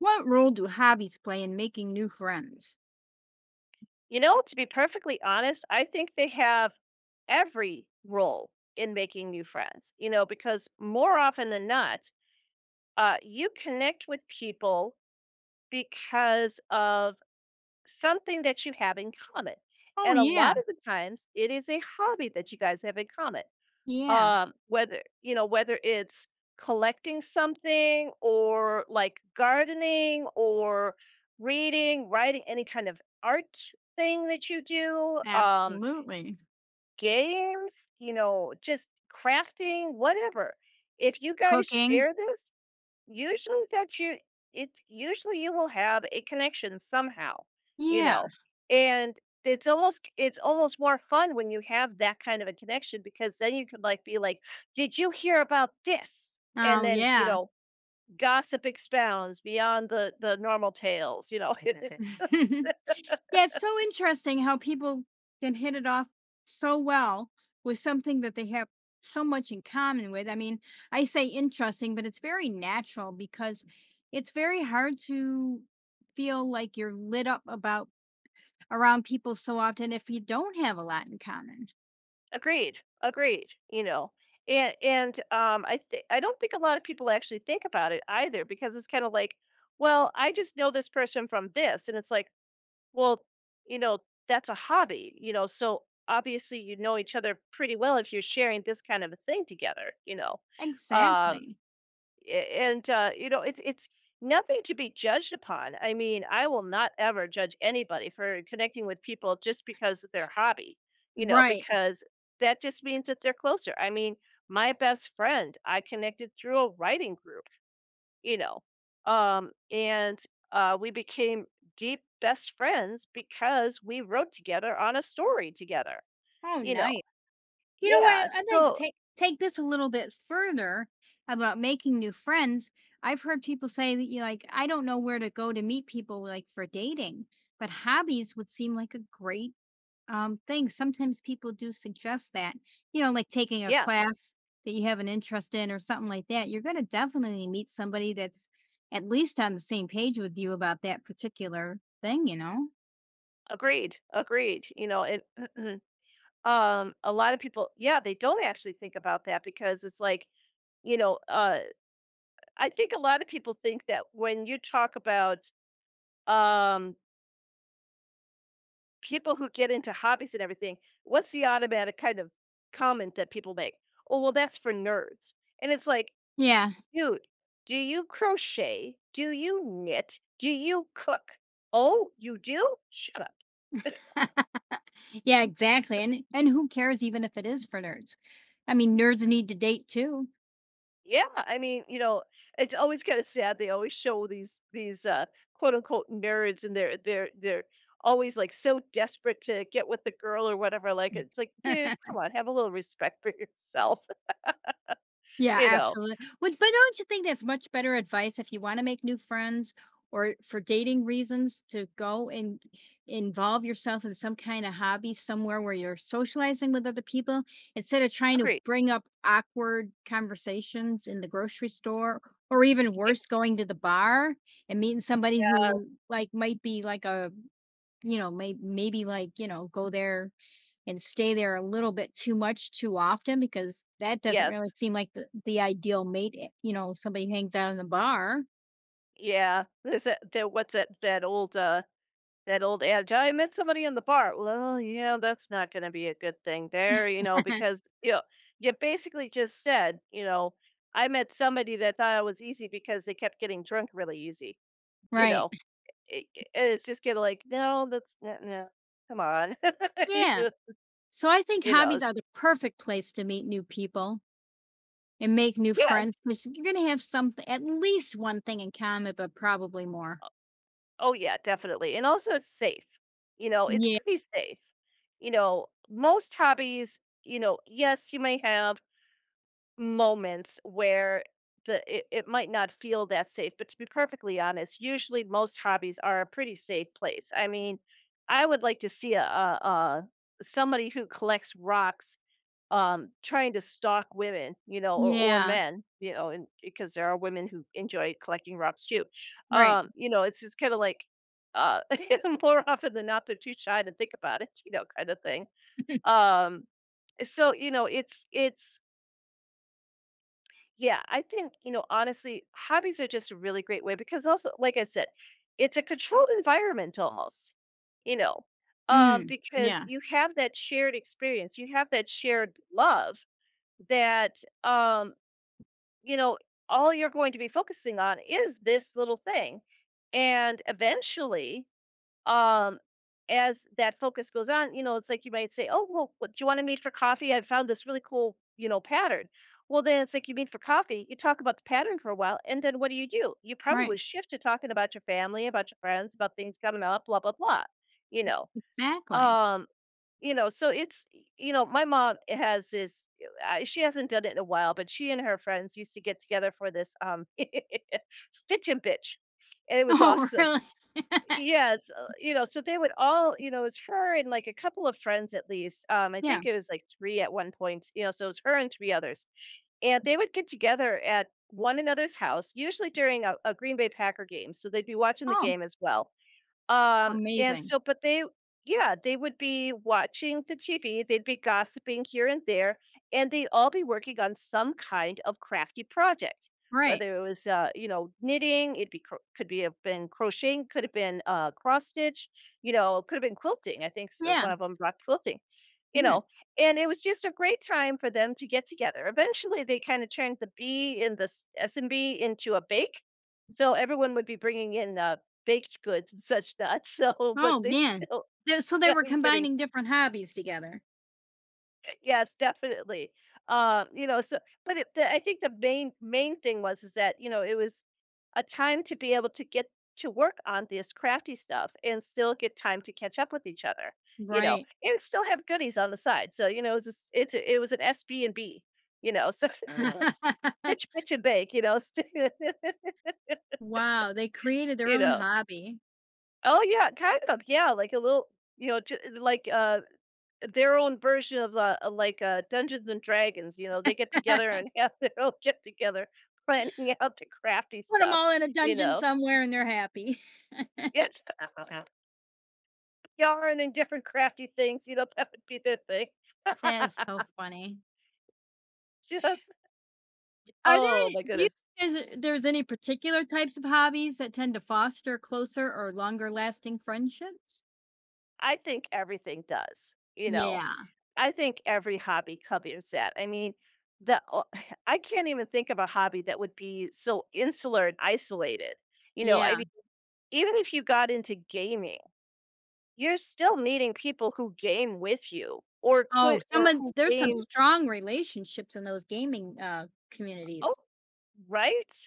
What role do hobbies play in making new friends? You know, to be perfectly honest, I think they have every role in making new friends, you know, because more often than not, you connect with people because of something that you have in common. Oh And a yeah. lot of the times it is a hobby that you guys have in common. Yeah, Whether, you know, whether it's collecting something or like gardening or reading, writing, any kind of art thing that you do. Absolutely. Games, you know, just crafting, whatever. If you guys Cooking. share this, usually that you it usually you will have a connection somehow, you Yeah. know. And it's almost more fun when you have that kind of a connection because then you can like be like, "Did you hear about this?" And Oh then, you yeah. know, gossip expounds beyond the normal tales, you know. yeah, it's so interesting how people can hit it off so well with something that they have so much in common with. I mean, I say interesting, but it's very natural because it's very hard to feel like you're lit up about around people so often if you don't have a lot in common. Agreed, agreed, you know, and I don't think a lot of people actually think about it either because it's kinda like, "Well, I just know this person from this," and it's like, "Well, you know, that's a hobby," you know, so, obviously, you know each other pretty well if you're sharing this kind of a thing together, you know, uh Exactly. a- and you know, it's nothing to be judged upon. I mean, I will not ever judge anybody for connecting with people just because of their hobby, you know, Right. because that just means that they're closer. I mean, my best friend, I connected through a writing group, you know, and we became deep best friends because we wrote together on a story together, Oh, you know. nice. You know what? Yeah. I'd like to So take this a little bit further about making new friends. I've heard people say that you like, I don't know where to go to meet people like for dating, but hobbies would seem like a great thing. Sometimes people do suggest that, you know, like taking a yeah, class that you have an interest in or something like that. You're gonna definitely meet somebody that's at least on the same page with you about that particular thing, you know? agreed, agreed. You know, it a lot of people, yeah, they don't actually think about that because it's like, you know, I think a lot of people think that when you talk about, um people who get into hobbies and everything, what's the automatic kind of comment that people make? "Oh, well, that's for nerds." And it's like, Yeah. dude, do you crochet? Do you knit? Do you cook? Oh, you do? Shut up. Yeah, exactly. And who cares even if it is for nerds? I mean, nerds need to date too. Yeah, I mean, you know, it's always kind of sad. They always show these quote unquote nerds, and they're always like so desperate to get with the girl or whatever. Like it's like, dude, come on, have a little respect for yourself. Yeah, You know, absolutely. But don't you think that's much better advice if you want to make new friends or for dating reasons to go and involve yourself in some kind of hobby somewhere where you're socializing with other people instead of trying to agree. bring up awkward conversations in the grocery store or even worse, going to the bar and meeting somebody Yeah. who like might be like a you know, maybe like, you know, go there and stay there a little bit too much too often because that doesn't really Yes. seem like the ideal mate. You know, somebody hangs out in the bar. Yeah. There's that. There, what's that? That old adage, "I met somebody in the bar." Well, yeah, that's not gonna be a good thing there, you know, because, you know, you basically just said, you know, "I met somebody that thought I was easy because they kept getting drunk really easy," you Right. know? I it's just kinda like, "No, that's not, no, come on." You Yeah. know, So I think you know? hobbies are the perfect place to meet new people and make new Yeah. friends because you're going to have something, at least one thing in common, but probably more. Oh, yeah, definitely, and also it's safe, you know, it's Yeah. pretty safe. You know, most hobbies, you know, yes, you may have moments where it might not feel that safe, but to be perfectly honest, usually most hobbies are a pretty safe place. I mean, I would like to see a somebody who collects rocks, trying to stalk women, you know, or Yeah. men, you know, and because there are women who enjoy collecting rocks too. Right. You know, it's just kind of like, uh more often than not, they're too shy to think about it, you know, kind of thing. um so, you know, it's yeah, I think, you know, honestly, hobbies are just a really great way, because also, like I said, it's a controlled environment almost, you know, Mm. because Yeah. you have that shared experience, you have that shared love that, um, you know, all you're going to be focusing on is this little thing. And eventually, um as that focus goes on, you know, it's like you might say, "Oh, well, what, do you want to meet for coffee? I found this really cool, you know, pattern." Well, then it's like you meet for coffee, you talk about the pattern for a while, and then what do you do? You probably Right. shift to talking about your family, about your friends, about things coming up, blah, blah, blah, you know. Exactly. um you know, so it's, you know, my mom has this, she hasn't done it in a while, but she and her friends used to get together for this, stitch and bitch, and it was Oh, awesome. really? Yes, you know, so they would all, you know, it was her and like a couple of friends at least. I yeah. think it was like three at one point, you know, so it was her and three others. And they would get together at one another's house, usually during a Green Bay Packer game. So they'd be watching the Oh, game as well. And amazing. so, but they, yeah, they would be watching the TV, they'd be gossiping here and there, and they'd all be working on some kind of crafty project, Right. whether it was, you know, knitting, it be cro could be, have been crocheting, could have been, cross stitch, you know, could have been quilting, I think s one Yeah. of them brought quilting, you Mm. know, and it was just a great time for them to get together. Eventually, they kinda turned the B in the s S&B into a bake, so everyone would be bringing in, baked goods and such not, so but Oh, they man. still Th So they were I'm kidding. combining different hobbies together. Yes, definitely. You know, so but it the I think the main thing was is that, you know, it was a time to be able to get to work on this crafty stuff and still get time to catch up with each other, you know, Right. and still have goodies on the side. So, you know, it's just, it was an SB&B, you know, so Fair it Yeah. was stitch, pitch, and bake, you know, st- Wow, they created their you own know. hobby. Oh yeah, kind of. Yeah, like a little, you know, their own version of, Dungeons and Dragons, you know, they get Put together and have their own get together, planning out the crafty them stuff, all in a you dungeon know? somewhere and they're happy. Yes, yarn and different crafty things, you know, that would be their thing. That is so funny. Just, Are there oh any my do you goodness. think there's a there's any particular types of hobbies that tend to foster closer or longer lasting friendships? I think everything does, you know? Yeah. I think every hobby covers that. I mean, the o I can't even think of a hobby that would be so insular and isolated, you know? I Yeah. mean, even if you got into gaming, you're still needing people who game with you, or Oh, could, or someone who there's some game. strong relationships in those gaming, Oh, communities. right?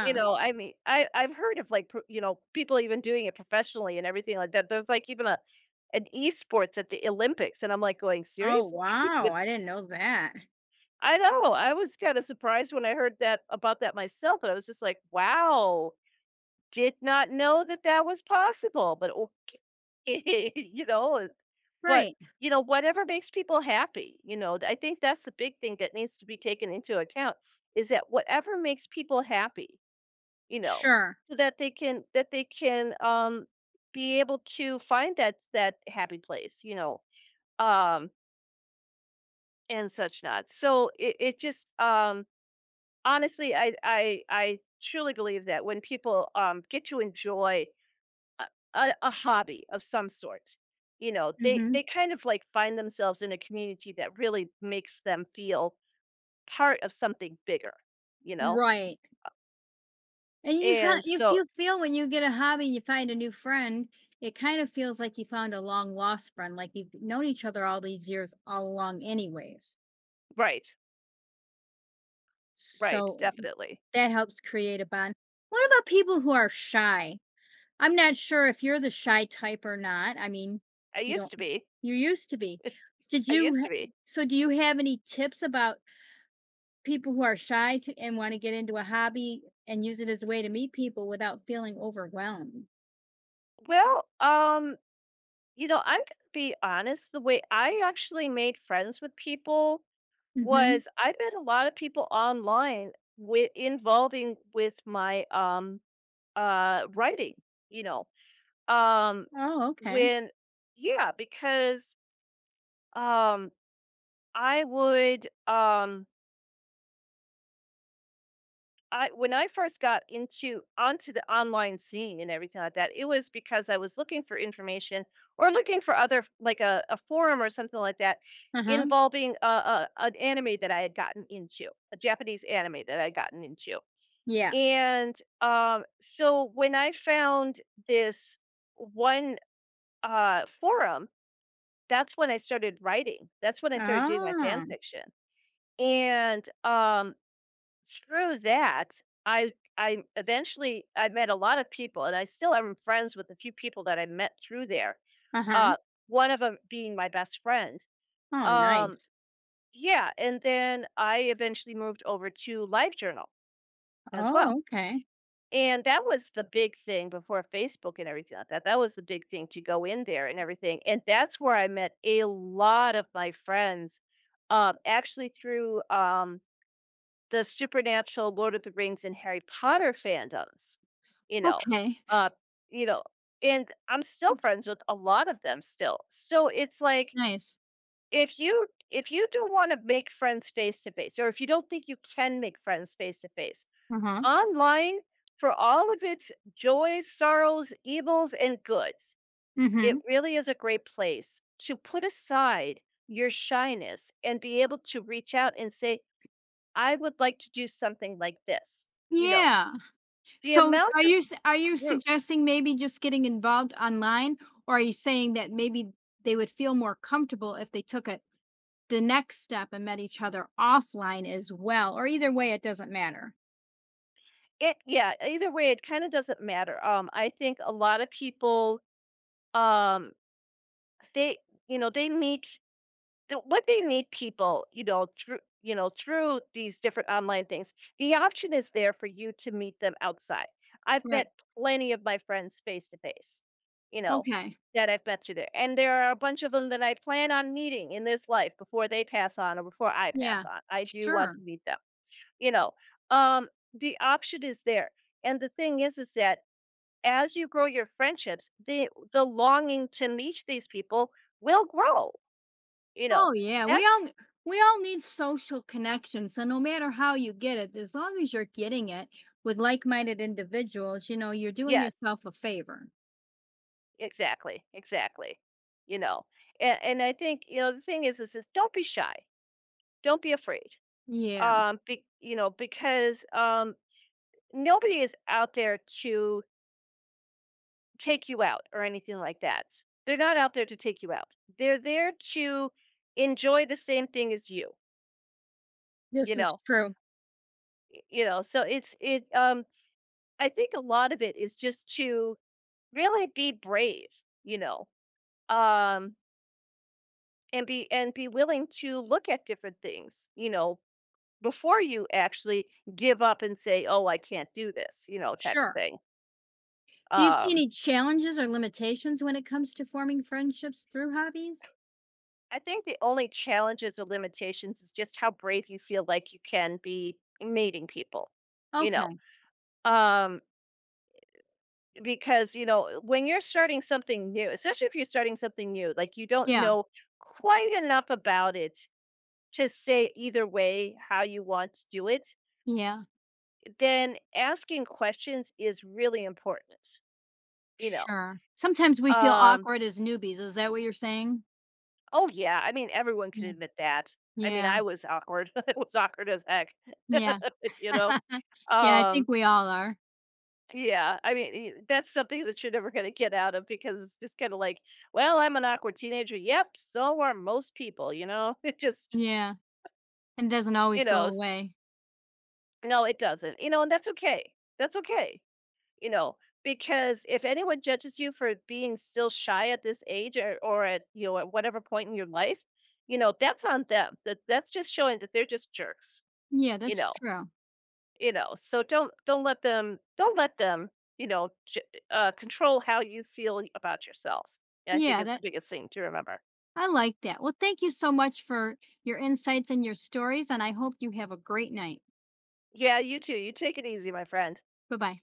You know, I mean, I've heard of, like, pro you know, people even doing it professionally and everything like that. There's, like, even a an esports at the Olympics, and I'm, like, going, Oh, "Seriously?" wow, But I didn't know that. I know, I was kinda surprised when I heard that about that myself, and I was just like, "Wow, did not know that that was possible," but okay, you know, but, Right, you know, whatever makes people happy, you know, I think that's the big thing that needs to be taken into account, is that whatever makes people happy, you know, sure, so that they can, be able to find that that happy place, you know, um and such not. So it just honestly, I truly believe that when people, get to enjoy a, a hobby of some sort, you know, mhm, they kind of like find themselves in a community that really makes them feel part of something bigger, you know, right, and you felt and if so, you feel when you get a hobby, and you find a new friend, it kind of feels like you found a long lost friend, like you've known each other all these years all along anyways, right, right, so definitely. that helps create a bond. What about people who are shy? I'm not sure if you're the shy type or not, I mean, I you used don't to be. you used to be. Did I you used to ha be. So do you have any tips about people who are shy to and wanna get into a hobby and use it as a way to meet people without feeling overwhelmed? Well, you know, I'm gonna be honest, the way I actually made friends with people Mhm. was I met a lot of people online with, involving with my, writing, you know. Um, Oh, okay. when yeah, because, um, I would, um I, when I first got into onto the online scene and everything like that, it was because I was looking for information or looking for other f like a forum or something like that Uh-huh. involving a an anime that I had gotten into, a Japanese anime that I had gotten into, Yeah. and, so when I found this one, forum. That's when I started writing. That's when I started doing my fan Oh. fiction, and, through that, I eventually I met a lot of people, and I still am friends with a few people that I met through there, Uh-huh. uh, one of them being my best friend. Oh, Um, nice. yeah, and then I eventually moved over to LiveJournal as Oh, well. okay. And that was the big thing before Facebook and everything like that. That was the big thing to go in there and everything. And that's where I met a lot of my friends, actually through the supernatural Lord of the Rings and Harry Potter fandoms, you know, Okay. uh, s- you know, and I'm still friends with a lot of them still. So it's like Nice. if you don't want to make friends face to face, or if you don't think you can make friends face to face, Uh-huh. online for all of its joys, sorrows, evils, and goods. It Mhm. really is a great place to put aside your shyness and be able to reach out and say, I would like to do something like this. You know, Yeah. the So, amount of are you groups, suggesting maybe just getting involved online, or are you saying that maybe they would feel more comfortable if they took it the next step and met each other offline as well, or either way, it doesn't matter? it, yeah, either way, it kind of doesn't matter. I think a lot of people, um, they, they meet what they need people, through these different online things, the option is there for you to meet them outside. I've Right. met plenty of my friends face to face, you know, Okay. that I've met through there. And there are a bunch of them that I plan on meeting in this life before they pass on or before I pass Yeah. on. I do want Sure. to meet them, you know. The option is there. And the thing is that as you grow your friendships, the longing to meet these people will grow, you know. Oh, yeah. We all need social connection. So no matter how you get it, as long as you're getting it with like-minded individuals, you know, you're doing Yes, yourself a favor. exactly, exactly. You know, and I think the thing is, is don't be shy, don't be afraid. Yeah. Be, because nobody is out there to take you out or anything like that. They're not out there to take you out. They're there to enjoy the same thing as you. You This is know, true. y- you know. So it's it. I think a lot of it is just to really be brave. You know, um, and be willing to look at different things, you know, before you actually give up and say, "Oh, I can't do this," you know, type of Sure. thing. Do you see Um, any challenges or limitations when it comes to forming friendships through hobbies? I think the only challenges or limitations is just how brave you feel like you can be meeting people, you know. Okay. Um, because you know, when you're starting something new, especially if you're starting something new, like you don't Yeah. know quite enough about it to say either way how you want to do it. Yeah. Then asking questions is really important, you know? Sure. Sometimes we feel Um, awkward as newbies. Is that what you're saying? oh, yeah, I mean, everyone can Yeah. admit that. I mean, Yeah. I was awkward. I was awkward as heck, Yeah. you know? yeah, I think Um, we all are. yeah, I mean, that's something that you're never going to get out of because it's just kind of like, well, I'm an awkward teenager. Yep, so are most people, you know? It just, Yeah, and doesn't you always go know, s- away. no, it doesn't, you know, and that's okay. That's okay, you know, because if anyone judges you for being still shy at this age or at, you know, at whatever point in your life, you know, that's on them. That's just showing that they're just jerks, Yeah, you that's know, true. So don't let them, you know, j- control how you feel about yourself. I think Yeah, is the that biggest thing to remember. I like that. Well, thank you so much for your insights and your stories, and I hope you have a great night. Yeah, you too. You take it easy, my friend. Bye-bye.